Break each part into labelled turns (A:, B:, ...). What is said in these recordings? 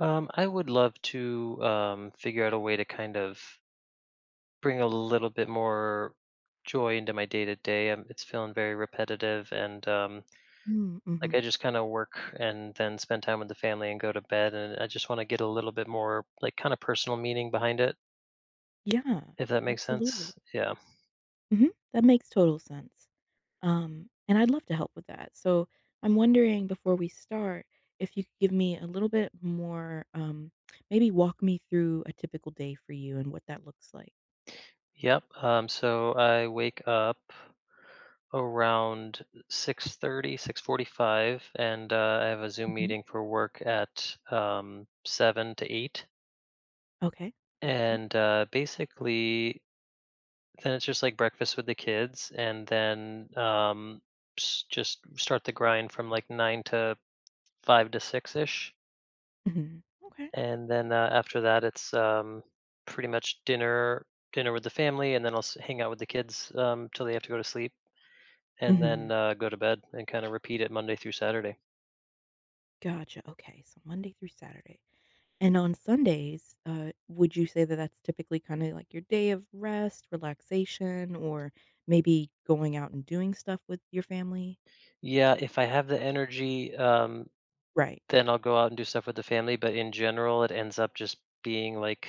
A: I would love to figure out a way to kind of bring a little bit more joy into my day to day. It's feeling very repetitive, and
B: Mm,
A: like I
B: mhm.
A: just kind of work and then spend time with the family and go to bed. And I just want to get a little bit more, like, kind of personal meaning behind it,
B: Yeah,
A: if that makes sense.
B: absolutely.
A: Yeah.
B: Mhm, that makes total sense. And I'd love to help with that. So I'm wondering before we start, if you could give me a little bit more, maybe walk me through a typical day for you and what that looks like.
A: Yep. So I wake up around 6:30, 6:45, and I have a Zoom
B: Mhm.
A: meeting for work at 7 to 8.
B: Okay, gotcha.
A: And basically then it's just like breakfast with the kids and then just start the grind from like nine to five to six ish.
B: Mhm, okay.
A: And then after that it's pretty much dinner with the family, and then I'll hang out with the kids till they have to go to sleep, and then
B: Mhm,
A: go to bed and kind of repeat it Monday through Saturday.
B: gotcha, okay, so Monday through Saturday. And on Sundays, would you say that that's typically kinda like your day of rest, relaxation, or maybe going out and doing stuff with your family?
A: Yeah, if I have the energy,
B: Right.
A: then I'll go out and do stuff with the family, but in general it ends up just being like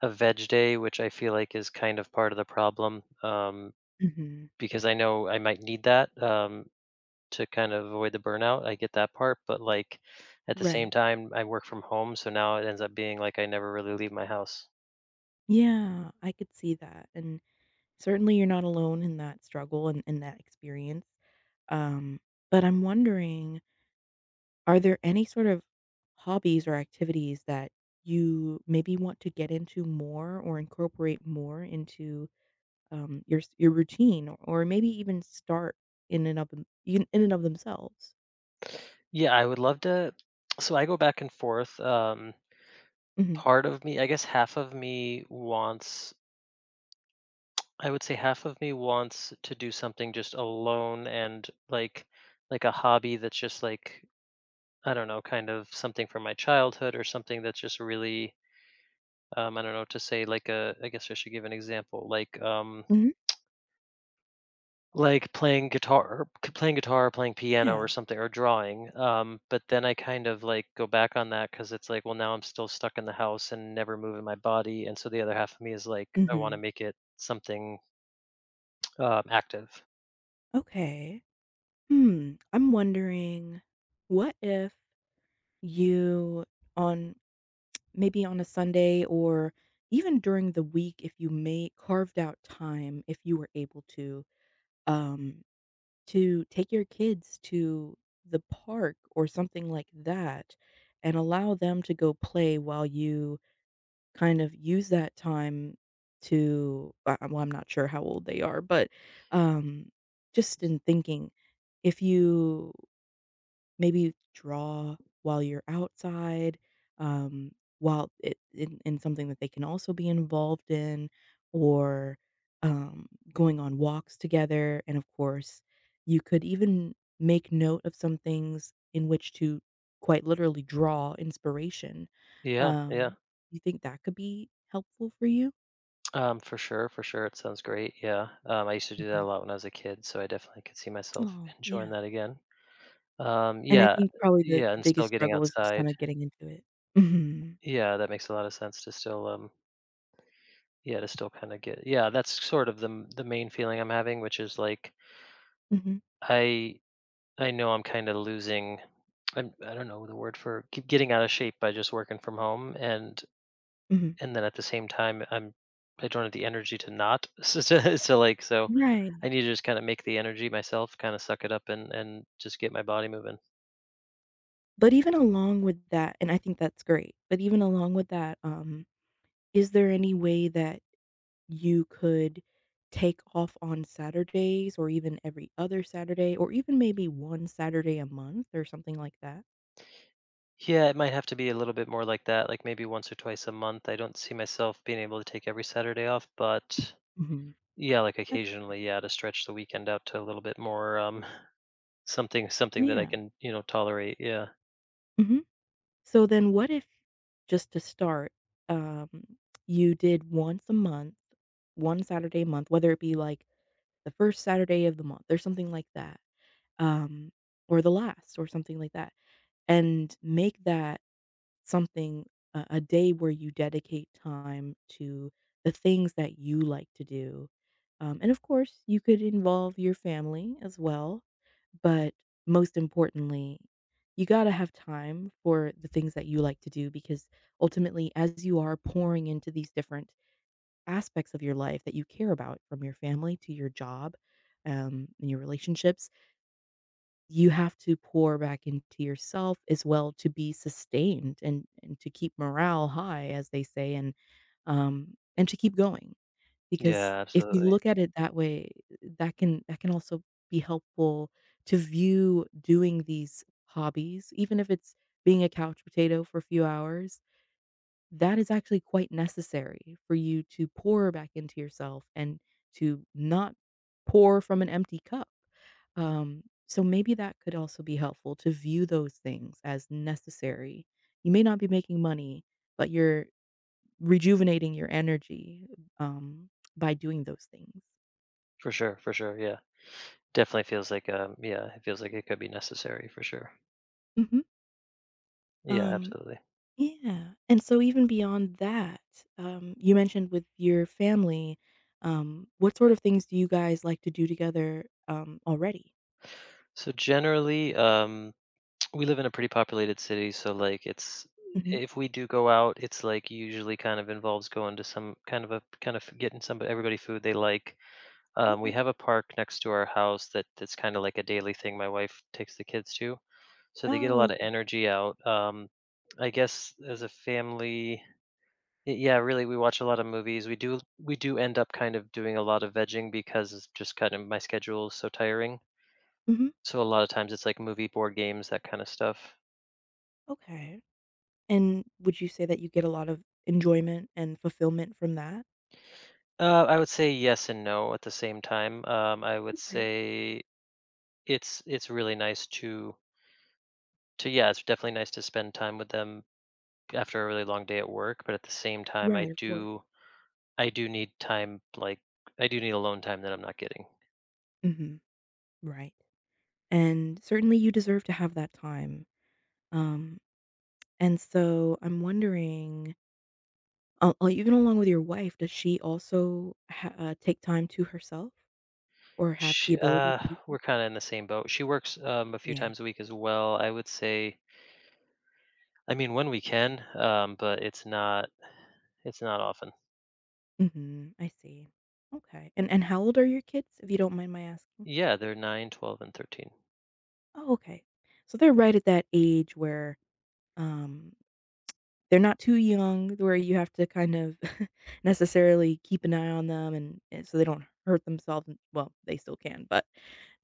A: a veg day, which I feel like is kind of part of the problem,
B: Mhm.
A: because I know I might need that to kind of avoid the burnout. I get that part, but like at the same
B: Right.
A: time, I work from home, so now it ends up being like I never really leave my house.
B: Yeah, I could see that, and certainly you're not alone in that struggle and that experience. Um, but I'm wondering, are there any sort of hobbies or activities that you maybe want to get into more or incorporate more into your s your routine or maybe even start in and of themselves.
A: Yeah, I would love to. So I go back and forth.
B: Mhm.
A: Part of me, I guess, half of me wants. I would say half of me wants to do something just alone, and like a hobby that's just like I don't know, kind of something from my childhood or something that's just really I don't know to say, like a, I guess I should give an example,
B: Mhm.
A: like playing guitar, playing piano or
B: Yeah.
A: something, or drawing but then I kind of like go back on that, cuz it's like, well, now I'm still stuck in the house and never moving my body, and so the other half of me is like I want to
B: Mhm.
A: make it something active.
B: Okay. Hmm, I'm wondering, what if you on maybe on a Sunday or even during the week, if you may carved out time, if you were able um, to take your kids to the park or something like that and allow them to go play while you kind of use that time to well, I'm not sure how old they are, but, um, just in thinking, if you maybe draw while you're outside, um, while it in something that they can also be involved in or, um, going on walks together, and of course, you could even make note of some things in which to quite literally draw inspiration.
A: Yeah, yeah.
B: Um, you think that could be helpful for you?
A: For sure, for sure, it sounds great. Yeah. I used to do that a
B: Mhm.
A: lot when I was a kid, so I definitely could see myself
B: Oh,
A: enjoying
B: yeah.
A: that again.
B: And I
A: Yeah,
B: think probably the
A: yeah,
B: the
A: and still
B: biggest
A: getting
B: struggle is just
A: outside.
B: kinda getting into it. Mhm.
A: Yeah, that makes a lot of sense, to still, yeah, to still kind of get, yeah, that's sort of the the main feeling I'm having, which is like
B: Mhm.
A: I I know I'm kind of losing, I'm, I don't know the word for getting out of shape by just working from home, and
B: Mhm.
A: and then at the same time I don't have the energy to not, so, I
B: Right.
A: need to just kind of make the energy myself, kind of suck it up, and just get my body moving.
B: But even along with that, and I think that's great, but even along with that, is there any way that you could take off on Saturdays or even every other Saturday or even maybe 1 Saturday a month or something like that?
A: Yeah, it might have to be a little bit more like that, like maybe once or twice a month. I don't see myself being able to take every Saturday off, but
B: Mhm.
A: yeah, like
B: That's okay.
A: occasionally, yeah, to stretch the weekend out to a little bit more something that I
B: Yeah.
A: can tolerate. Yeah.
B: Mhm. So then what if, just to start, um, you did once a month, 1 Saturday a month, whether it be, like, the 1st Saturday of the month or something like that, um, or the last or something like that. And make that something a day where you dedicate time to the things that you like to do. And of course, you could involve your family as well, but most importantly, you gotta have time for the things that you like to do because ultimately, as you are pouring into these different aspects of your life that you care about, from your family to your job, and your relationships, you have to pour back into yourself as well to be sustained and to keep morale high, as they say, and to keep going, because
A: Yeah,
B: if you
A: absolutely.
B: look at it that way, that can also be helpful to view doing these hobbies, even if it's being a couch potato for a few hours, that is actually quite necessary for you to pour back into yourself and to not pour from an empty cup. So maybe that could also be helpful to view those things as necessary. You may not be making money, but you're rejuvenating your energy, um, by doing those things.
A: For sure, for sure. Yeah. Definitely feels like yeah, it feels like it could be necessary for sure.
B: Mhm.
A: Yeah,
B: Um,
A: absolutely.
B: yeah, and so even beyond that, you mentioned with your family, what sort of things do you guys like to do together, already?
A: So generally, we live in a pretty populated city, so like it's,
B: Mhm.
A: if we do go out, it's like usually kind of involves going to some kind of a, kind of getting some, everybody food they like. We
B: Okay.
A: have a park next to our house, that that's kind of like a daily thing. My wife takes the kids to, so they get a
B: Oh,
A: lot of
B: okay.
A: energy out. I guess as a family, yeah, really, we watch a lot of movies. We do end up kind of doing a lot of vegging, because it's just kind of, my schedule is so tiring.
B: Mhm.
A: So a lot of times it's like movie, board games, that kind of stuff.
B: Okay. And would you say that you get a lot of enjoyment and fulfillment from that?
A: I would say yes and no at the same time. I would
B: Okay.
A: say it's really nice to, yeah, it's definitely nice to spend time with them after a really long day at work, but at the same time I
B: Right, of course.
A: do I do need time, like, I do need alone time that I'm not getting.
B: Mhm. Right. And certainly you deserve to have that time. Um, and so I'm wondering, even along with your wife, does she also ha take time to herself? Or have the
A: She,
B: ability to do
A: we're
B: so?
A: kind of in the same boat. She works a few
B: Yeah.
A: times a week as well. I would say, I mean, when we can, but it's not often.
B: Mhm, I see. Okay, and how old are your kids, if you don't mind my asking?
A: Yeah, they're 9, 12, and 13.
B: Oh, okay. So they're right at that age where, um, they're not too young where you have to kind of necessarily keep an eye on them and so they don't hurt themselves, and well, they still can, but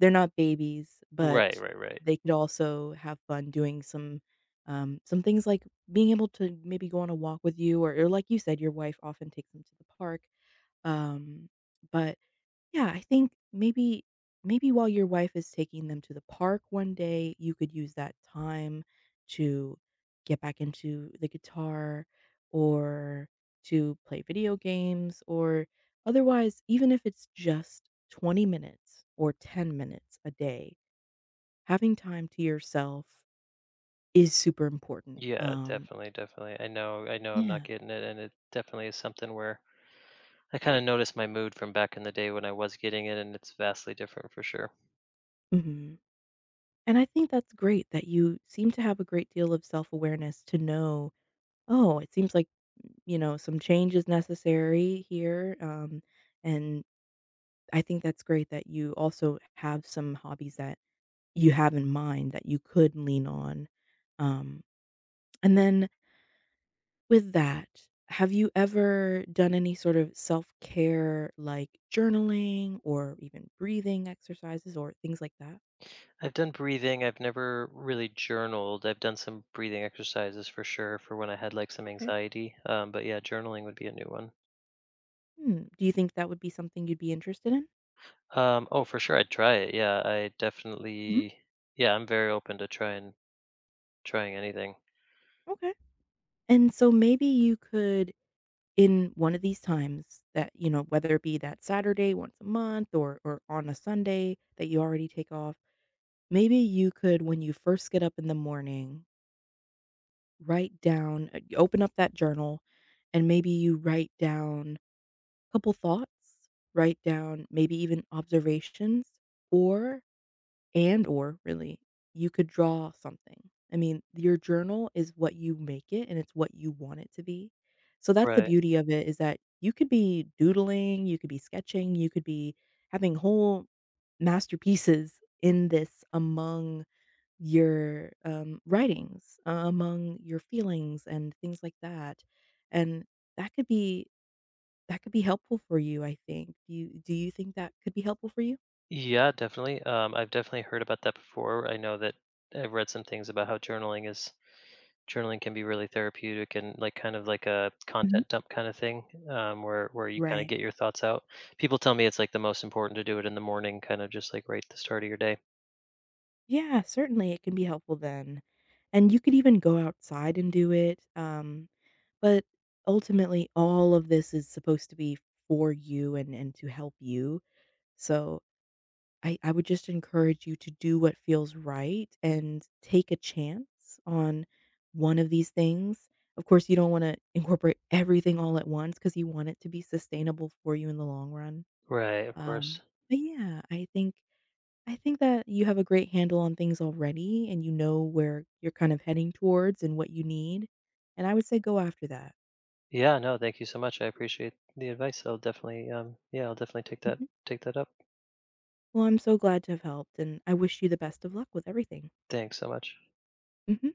B: they're not babies,
A: Right,
B: but
A: right, right.
B: they could also have fun doing some things like being able to maybe go on a walk with you or like you said, your wife often takes them to the park. Um, but yeah, I think maybe maybe while your wife is taking them to the park one day, you could use that time to get back into the guitar or to play video games or otherwise, even if it's just 20 minutes or 10 minutes a day, having time to yourself is super important.
A: Yeah, definitely, definitely. I know I'm not
B: Yeah.
A: getting it, and it definitely is something where I kind of noticed my mood from back in the day when I was getting it, and it's vastly different for sure.
B: Mhm. And I think that's great that you seem to have a great deal of self awareness to know "Oh, it seems like, you know, some change is necessary here." And I think that's great that you also have some hobbies that you have in mind that you could lean on. Um, and then with that, have you ever done any sort of self-care, like journaling or even breathing exercises or things like that?
A: I've done breathing, I've never really journaled. I've done some breathing exercises for sure for when I had like some
B: Okay.
A: anxiety. But yeah, journaling would be a new one.
B: Hmm. Do you think that would be something you'd be interested in?
A: Oh, for sure, I'd try it. Yeah, I
B: Mhm.
A: definitely, yeah, I'm very open to trying anything.
B: Okay. And so maybe you could, in one of these times, that you know whether it be that Saturday once a month or on a Sunday that you already take off, maybe you could when you first get up in the morning write down, you open up that journal and maybe you write down a couple thoughts, write down maybe even observations or, and or really, you could draw something. I mean, your journal is what you make it and it's what you want it to be. So that's the
A: Right.
B: beauty of it is that you could be doodling, you could be sketching, you could be having whole masterpieces in this among your, writings, among your feelings and things like that. And that could be, that could be helpful for you, I think. Do you think that could be helpful for you?
A: Yeah, definitely. I've definitely heard about that before. I know that I've read some things about how journaling can be really therapeutic, and like kind of like a
B: Mhm.
A: content dump kind of thing, where you kind of
B: Right.
A: get your thoughts out. People tell me it's like the most important to do it in the morning, kind of just like right at the start of your day.
B: Yeah, certainly it can be helpful then. And you could even go outside and do it. But ultimately, all of this is supposed to be for you, and to help you. So I would just encourage you to do what feels right and take a chance on one of these things. Of course, you don't want to incorporate everything all at once because you want it to be sustainable for you in the long run.
A: Right, of course.
B: Um, but yeah, I think that you have a great handle on things already and you know where you're kind of heading towards and what you need, and I would say go after that.
A: Yeah, no, thank you so much, I appreciate the advice. I'll definitely yeah, I'll definitely take that
B: Mhm.
A: take that up.
B: Well, I'm so glad to have helped, and I wish you the best of luck with everything.
A: Thanks so much.
B: Mhm.